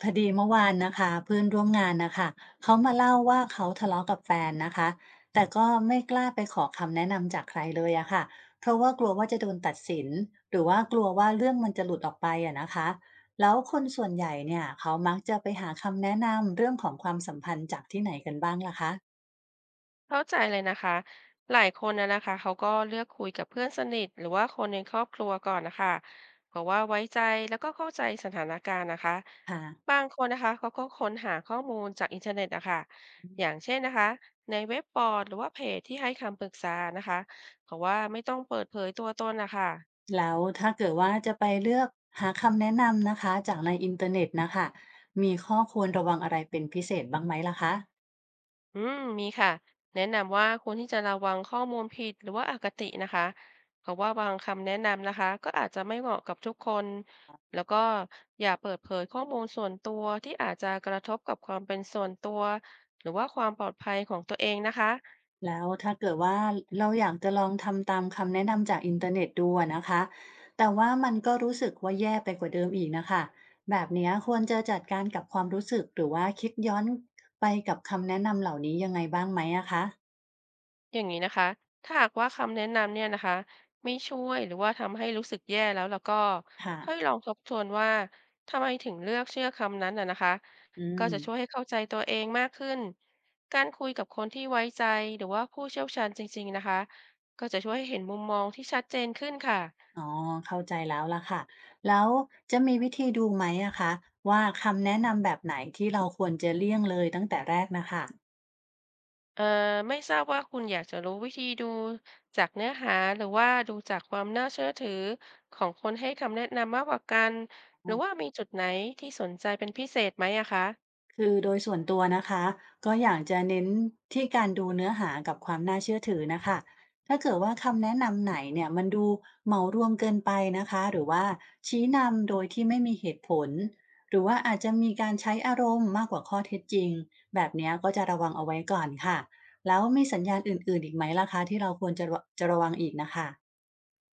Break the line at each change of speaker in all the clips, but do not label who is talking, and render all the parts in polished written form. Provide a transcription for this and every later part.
พอดีเมื่อวานนะคะเพื่อนร่วมงานนะคะเขามาเล่าว่าเขาทะเลาะกับแฟนนะคะแต่ก็ไม่กล้าไปขอคำแนะนำจากใครเลยอะค่ะเพราะว่ากลัวว่าจะโดนตัดสินหรือว่ากลัวว่าเรื่องมันจะหลุดออกไปอะนะคะแล้วคนส่วนใหญ่เนี่ยเขามักจะไปหาคำแนะนำเรื่องของความสัมพันธ์จากที่ไหนกันบ้างล่ะคะ
เข้าใจเลยนะคะ หลายคนนะคะเขาก็เลือกคุยกับเพื่อนสนิทหรือว่าคนในครอบครัวก่อนนะคะเพราะว่าไว้ใจแล้วก็เข้าใจสถานการณ์นะคะ
ค่ะ
บางคนนะคะเขาก็ค้นหาข้อมูลจากอินเทอร์เน็ตนะคะอย่างเช่นนะคะในเว็บบอร์ดหรือว่าเพจที่ให้คำปรึกษานะคะเพราะว่าไม่ต้องเปิดเผยตัวตนนะคะ
แล้วถ้าเกิดว่าจะไปเลือกหาคำแนะนำนะคะจากในอินเทอร์เน็ตนะคะมีข้อควรระวังอะไรเป็นพิเศษบ้างไหมล่ะคะ
อืมมีค่ะแนะนำว่าควรที่จะระวังข้อมูลผิดหรือว่าอคตินะคะเพราะว่าบางคำแนะนำนะคะก็อาจจะไม่เหมาะกับทุกคนแล้วก็อย่าเปิดเผยข้อมูลส่วนตัวที่อาจจะกระทบกับความเป็นส่วนตัวหรือว่าความปลอดภัยของตัวเองนะคะ
แล้วถ้าเกิดว่าเราอยากจะลองทำตามคำแนะนำจากอินเทอร์เน็ตดูอะนะคะแต่ว่ามันก็รู้สึกว่าแย่ไปกว่าเดิมอีกนะคะแบบเนี้ยควรจะจัดการกับความรู้สึกหรือว่าคิดย้อนไปกับคำแนะนำเหล่านี้ยังไงบ้างไหมอะคะ
อย่างนี้นะคะถ้าหากว่าคำแนะนำเนี่ยนะคะไม่ช่วยหรือว่าทำให้รู้สึกแย่แล้วก็
ค่ะ
ให้ลองทบทวนว่าทำไมถึงเลือกเชื่อคำนั้นนะคะ
อื
ก็
ม
จะช่วยให้เข้าใจตัวเองมากขึ้น การคุยกับคนที่ไว้ใจหรือว่าผู้เชี่ยวชาญจริงๆนะคะก็จะช่วยให้เห็นมุมมองที่ชัดเจนขึ้นค่ะ
อ๋อเข้าใจแล้วล่ะค่ะแล้วจะมีวิธีดูไหมอะคะว่าคำแนะนำแบบไหนที่เราควรจะเลี่ยงเลยตั้งแต่แรกนะคะ
เอ่อไม่ทราบว่าคุณอยากจะรู้วิธีดูจากเนื้อหาหรือว่าดูจากความน่าเชื่อถือของคนให้คำแนะนำมากกว่ากันหรือว่ามีจุดไหนที่สนใจเป็นพิเศษไหมอะคะ
คือโดยส่วนตัวนะคะก็อยากจะเน้นที่การดูเนื้อหากับความน่าเชื่อถือนะคะถ้าเกิดว่าคำแนะนำไหนเนี่ยมันดูเหมารวมเกินไปนะคะหรือว่าชี้นำโดยที่ไม่มีเหตุผลหรือว่าอาจจะมีการใช้อารมณ์มากกว่าข้อเท็จจริงแบบเนี้ยก็จะระวังเอาไว้ก่อนค่ะแล้วมีสัญญาณอื่นๆอีกไหมล่ะคะที่เราควรจะระวังอีกนะคะ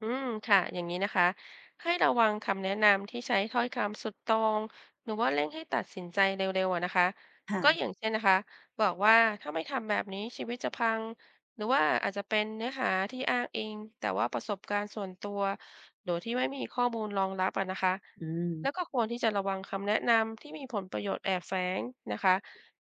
อืมค่ะอย่างนี้นะคะให้ระวังคำแนะนำที่ใช้ถ้อยคำสุดตรงหรือว่าเร่งให้ตัดสินใจเร็วๆอะนะคะก็อ
ค่ะ
ย่างเช่นนะคะบอกว่าถ้าไม่ทำแบบนี้ชีวิตจะพังหรือว่าอาจจะเป็นเนื้อหาที่อ้างอิงแต่ว่าประสบการณ์ส่วนตัวโดยที่ไม่มีข้อมูลรองรับอะนะคะ
อืม
แล้วก็ควรที่จะระวังคำแนะนำที่มีผลประโยชน์แอบแฝงนะคะ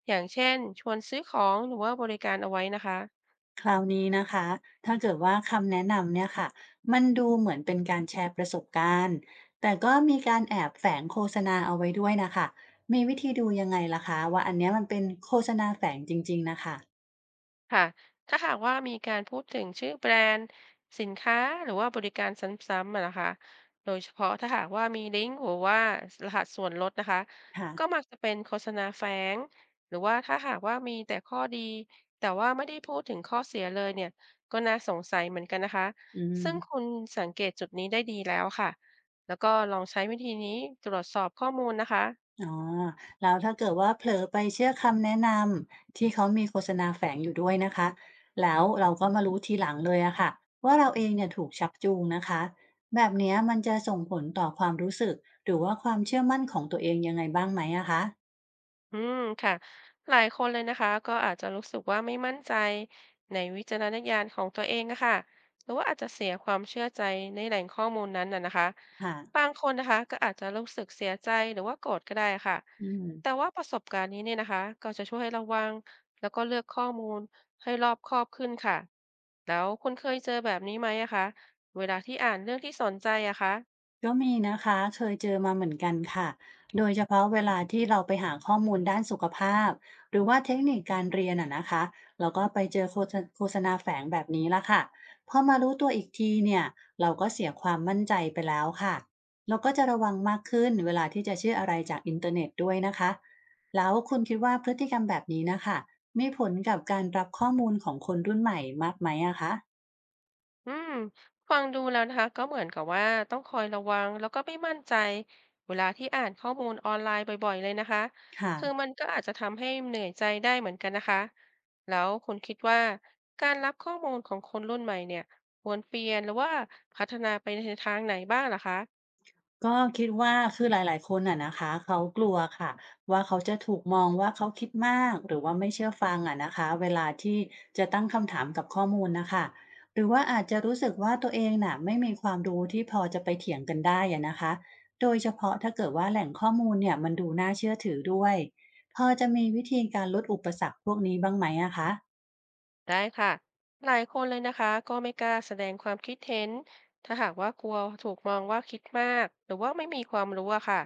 อย่างเช่นชวนซื้อของหรือว่าบริการเอาไว้นะคะ
คราวนี้นะคะ ถ้าเกิดว่าคำแนะนำเนี่ยค่ะ มันดูเหมือนเป็นการแชร์ประสบการณ์ แต่ก็มีการแอบแฝงโฆษณาเอาไว้ด้วยนะคะ มีวิธีดูยังไงล่ะคะว่าอันเนี้ยมันเป็นโฆษณาแฝงจริงๆนะคะ
ค่ะถ้าหากว่ามีการพูดถึงชื่อแบรนด์สินค้าหรือว่าบริการซ้ำๆอะนะคะโดยเฉพาะถ้าหากว่ามีลิงก์หรือว่ารหัสส่วนลดนะคะ
ค่ะ
ก็มักจะเป็นโฆษณาแฝงหรือว่าถ้าหากว่ามีแต่ข้อดีแต่ว่าไม่ได้พูดถึงข้อเสียเลยเนี่ยก็น่าสงสัยเหมือนกันนะคะ
อืม
ซึ่งคุณสังเกตจุดนี้ได้ดีแล้วค่ะแล้วก็ลองใช้วิธีนี้ตรวจสอบข้อมูลนะคะ
อ๋อแล้วถ้าเกิดว่าเผลอไปเชื่อคำแนะนำที่เขามีโฆษณาแฝงอยู่ด้วยนะคะแล้วเราก็มารู้ทีหลังเลยอะค่ะว่าเราเองเนี่ยถูกชักจูงนะคะแบบเนี้ยมันจะส่งผลต่อความรู้สึกหรือว่าความเชื่อมั่นของตัวเองยังไงบ้างไหมอะคะ
อืมค่ะหลายคนเลยนะคะก็อาจจะรู้สึกว่าไม่มั่นใจในวิจารณญาณของตัวเองนะคะหรือว่าอาจจะเสียความเชื่อใจในแหล่งข้อมูลนั้นน่ะนะคะ
ค่ะ
บางคนนะคะก็อาจจะรู้สึกเสียใจหรือว่าโกรธก็ได้ค่ะ
อืม
แต่ว่าประสบการณ์นี้เนี่ยนะคะก็จะช่วยให้ระวังแล้วก็เลือกข้อมูลให้รอบคอบขึ้นค่ะแล้วคุณเคยเจอแบบนี้ไหมอะคะเวลาที่อ่านเรื่องที่สนใจอะคะ
ก็มีนะคะเคยเจอมาเหมือนกันค่ะโดยเฉพาะเวลาที่เราไปหาข้อมูลด้านสุขภาพหรือว่าเทคนิคการเรียนอ่ะนะคะแล้วก็ไปเจอโฆษณาแฝงแบบนี้ละค่ะพอมารู้ตัวอีกทีเนี่ยเราก็เสียความมั่นใจไปแล้วค่ะเราก็จะระวังมากขึ้นเวลาที่จะเชื่ออะไรจากอินเทอร์เน็ตด้วยนะคะแล้วคุณคิดว่าพฤติกรรมแบบนี้นะคะมีผลกับการรับข้อมูลของคนรุ่นใหม่มากไหมอะคะ
อืมฟังดูแล้วนะคะก็เหมือนกับว่าต้องคอยระวังแล้วก็ไม่มั่นใจเวลาที่อ่านข้อมูลออนไลน์บ่อยๆเลยนะคะ
ค่ะ
คือมันก็อาจจะทำให้เหนื่อยใจได้เหมือนกันนะคะแล้วคุณคิดว่าการรับข้อมูลของคนรุ่นใหม่เนี่ยควรเปลี่ยนหรือว่าพัฒนาไปในทางไหนบ้างล่ะคะ
ก็คิดว่าคือหลายๆคนอะนะคะเขากลัวค่ะว่าเขาจะถูกมองว่าเขาคิดมากหรือว่าไม่เชื่อฟังอะนะคะเวลาที่จะตั้งคำถามกับข้อมูลนะคะหรือว่าอาจจะรู้สึกว่าตัวเองน่ะไม่มีความรู้ที่พอจะไปเถียงกันได้อะนะคะโดยเฉพาะถ้าเกิดว่าแหล่งข้อมูลเนี่ยมันดูน่าเชื่อถือด้วยพอจะมีวิธีการลดอุปสรรคพวกนี้บ้างไหมอะคะ
ได้ค่ะหลายคนเลยนะคะก็ไม่กล้าแสดงความคิดเห็นถ้าหากว่ากลัวถูกมองว่าคิดมากหรือว่าไม่มีความรู้อะค่ะ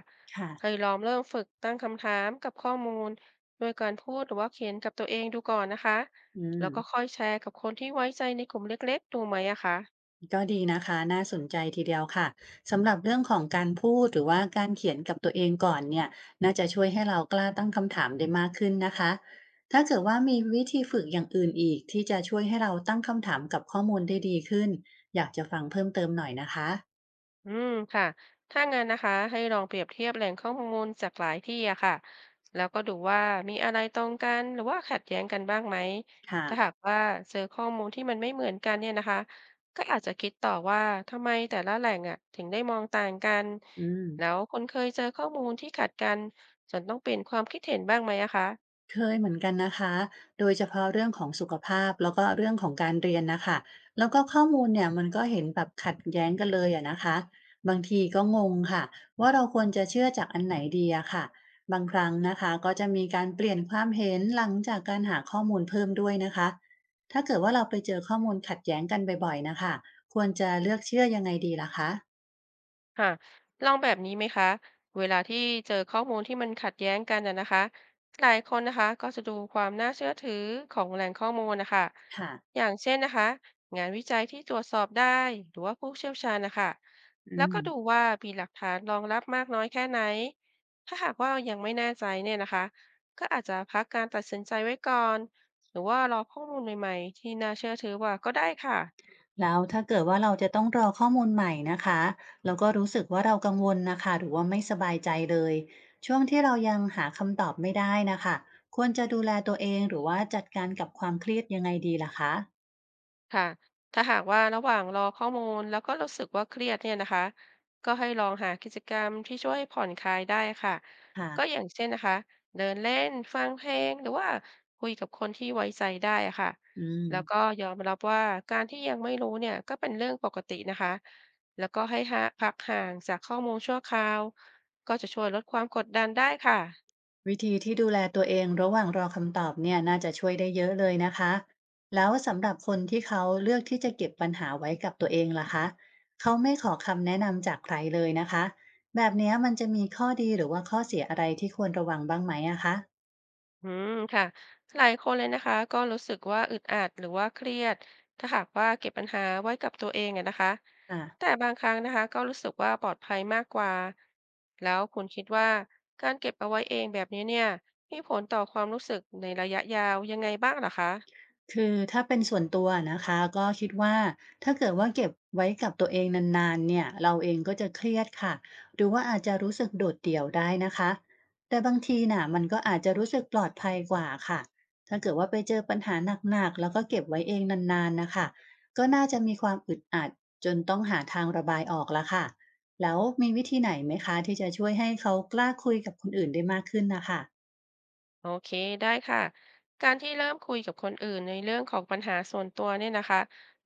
เค
ค่ะ
ยลองเริ่มฝึกตั้งคำถามกับข้อมูลด้วยการพูดหรือว่าเขียนกับตัวเองดูก่อนนะคะ
อืม
แล้วก็ค่อยแชร์กับคนที่ไว้ใจในกลุ่มเล็กๆดูไหมอะคะ
ก็ดีนะคะน่าสนใจทีเดียวค่ะสำหรับเรื่องของการพูดหรือว่าการเขียนกับตัวเองก่อนเนี่ยน่าจะช่วยให้เรากล้าตั้งคำถามได้มากขึ้นนะคะถ้าเกิดว่ามีวิธีฝึกอย่างอื่นอีกที่จะช่วยให้เราตั้งคำถามกับข้อมูลได้ดีขึ้นอยากจะฟังเพิ่มเติมหน่อยนะคะ
อืมค่ะถ้างั้นนะคะให้ลองเปรียบเทียบแหล่งข้อมูลจากหลายที่อะค่ะแล้วก็ดูว่ามีอะไรตรงกันหรือว่าขัดแย้งกันบ้างไหมถ้าหา
ค่ะ
กว่าเจอข้อมูลที่มันไม่เหมือนกันเนี่ยนะคะก็อาจจะคิดต่อว่าทำไมแต่ละแหล่งอะถึงได้มองต่างกัน
อืม
แล้วคุณเคยเจอข้อมูลที่ขัดกันจนต้องเปลี่ยนความคิดเห็นบ้างไหมอะคะ
เคยเหมือนกันนะคะโดยเฉพาะเรื่องของสุขภาพแล้วก็เรื่องของการเรียนนะคะแล้วก็ข้อมูลเนี่ยมันก็เห็นแบบขัดแย้งกันเลยอะนะคะบางทีก็งงค่ะว่าเราควรจะเชื่อจากอันไหนดีอะค่ะบางครั้งนะคะก็จะมีการเปลี่ยนความเห็นหลังจากการหาข้อมูลเพิ่มด้วยนะคะถ้าเกิดว่าเราไปเจอข้อมูลขัดแย้งกันบ่อยๆนะค่ะควรจะเลือกเชื่อยังไงดีล่ะคะ
ค่ะลองแบบนี้ไหมคะเวลาที่เจอข้อมูลที่มันขัดแย้งกันนะคะหลายคนนะคะก็จะดูความน่าเชื่อถือของแหล่งข้อมูลนะคะ
ค่ะ
อย่างเช่นนะคะงานวิจัยที่ตรวจสอบได้หรือว่าผู้เชี่ยวชาญนะคะ
อื
แล้ว
ม
ก็ดูว่ามีหลักฐานรองรับมากน้อยแค่ไหนถ้าหากว่ายังไม่แน่ใจเนี่ยนะคะก็อาจจะพักการตัดสินใจไว้ก่อนหรือว่ารอข้อมูลใหม่ๆที่น่าเชื่อถือกว่าก็ได้ค่ะ
แล้วถ้าเกิดว่าเราจะต้องรอข้อมูลใหม่นะคะแล้วก็รู้สึกว่าเรากังวลนะคะหรือว่าไม่สบายใจเลยช่วงที่เรายังหาคำตอบไม่ได้นะคะควรจะดูแลตัวเองหรือว่าจัดการกับความเครียดยังไงดีล่ะคะ
ค่ะถ้าหากว่าระหว่างรอข้อมูลแล้วก็รู้สึกว่าเครียดเนี่ยนะคะก็ให้ลองหากิจกรรมที่ช่วยผ่อนคลายได้ค่ะ
ค่ะ
ก็อย่างเช่นนะคะเดินเล่นฟังเพลงหรือว่าคุยกับคนที่ไว้ใจได้อะค่ะ
อืม
แล้วก็ยอมรับว่าการที่ยังไม่รู้เนี่ยก็เป็นเรื่องปกตินะคะแล้วก็ให้หาพักห่างจากข้อมูลชั่วคราวก็จะช่วยลดความกดดันได้ค่ะ
วิธีที่ดูแลตัวเองระหว่างรอคำตอบเนี่ยน่าจะช่วยได้เยอะเลยนะคะแล้วสำหรับคนที่เขาเลือกที่จะเก็บปัญหาไว้กับตัวเองล่ะคะเขาไม่ขอคำแนะนำจากใครเลยนะคะแบบเนี้ยมันจะมีข้อดีหรือว่าข้อเสียอะไรที่ควรระวังบ้างไหมอะคะ
อืมค่ะหลายคนเลยนะคะก็รู้สึกว่าอึดอัดหรือว่าเครียดถ้าหากว่าเก็บปัญหาไว้กับตัวเองอะนะคะ
อ่ะ
แต่บางครั้งนะคะก็รู้สึกว่าปลอดภัยมากกว่าแล้วคุณคิดว่าการเก็บเอาไว้เองแบบนี้เนี่ยมีผลต่อความรู้สึกในระยะยาวยังไงบ้างเหรอคะ
คือถ้าเป็นส่วนตัวนะคะก็คิดว่าถ้าเกิดว่าเก็บไว้กับตัวเองนานๆเนี่ยเราเองก็จะเครียดค่ะหรือว่าอาจจะรู้สึกโดดเดี่ยวได้นะคะแต่บางทีน่ะมันก็อาจจะรู้สึกปลอดภัยกว่าค่ะถ้าเกิดว่าไปเจอปัญหาหนักๆแล้วก็เก็บไว้เองนานๆนะคะก็น่าจะมีความอึดอัดจนต้องหาทางระบายออกแล้วค่ะแล้วมีวิธีไหนไหมคะที่จะช่วยให้เขากล้าคุยกับคนอื่นได้มากขึ้นนะคะ
โอเคได้ค่ะการที่เริ่มคุยกับคนอื่นในเรื่องของปัญหาส่วนตัวเนี่ยนะคะ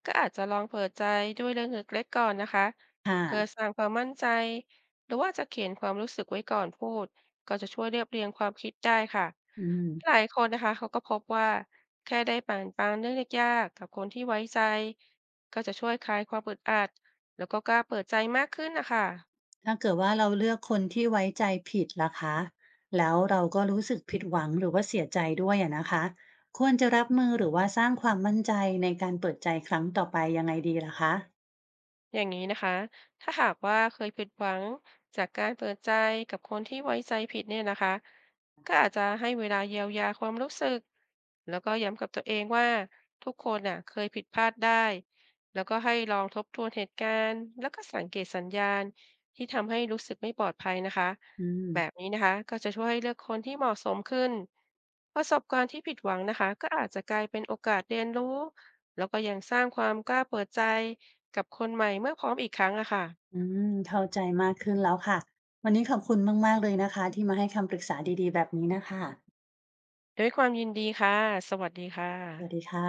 ก็อาจจะลองเปิดใจด้วยเรื่องเล็กๆก่อนนะคะ
ค
เพื่อส
่ะ
ร้างความมั่นใจหรือว่าจะเขียนความรู้สึกไว้ก่อนพูดก็จะช่วยเรียบเรียงความคิดได้ค่ะ
อืม
หลายคนนะคะเขาก็พบว่าแค่ได้แบ่งปันเรื่องยากๆกับคนที่ไว้ใจก็จะช่วยคลายความอึดอัดแล้วก็กล้าเปิดใจมากขึ้นนะคะ
ถ้าเกิดว่าเราเลือกคนที่ไว้ใจผิดล่ะคะแล้วเราก็รู้สึกผิดหวังหรือว่าเสียใจด้วยอะนะคะควรจะรับมือหรือว่าสร้างความมั่นใจในการเปิดใจครั้งต่อไปยังไงดีล่ะคะ
อย่างนี้นะคะถ้าหากว่าเคยผิดหวังจากการเปิดใจกับคนที่ไว้ใจผิดเนี่ยนะคะก็อาจจะให้เวลาเยียวยาความรู้สึกแล้วก็ย้ำกับตัวเองว่าทุกคนน่ะเคยผิดพลาดได้แล้วก็ให้ลองทบทวนเหตุการณ์แล้วก็สังเกตสัญญาณที่ทำให้รู้สึกไม่ปลอดภัยนะคะ
อื
แบบ
ม
นี้นะคะก็จะช่วยให้เลือกคนที่เหมาะสมขึ้นประสบการณ์ที่ผิดหวังนะคะก็อาจจะกลายเป็นโอกาสเรียนรู้แล้วก็ยังสร้างความกล้าเปิดใจ กับคนใหม่เมื่อพร้อมอีกครั้งอะค่ะ
อืมเข้าใจมากขึ้นแล้วค่ะ วันนี้ขอบคุณมากๆเลยนะคะที่มาให้คำปรึกษาดีๆแบบนี้นะคะ
ด้วยความยินดีค่ะ สวัสดีค่ะ
สวัสดีค่ะ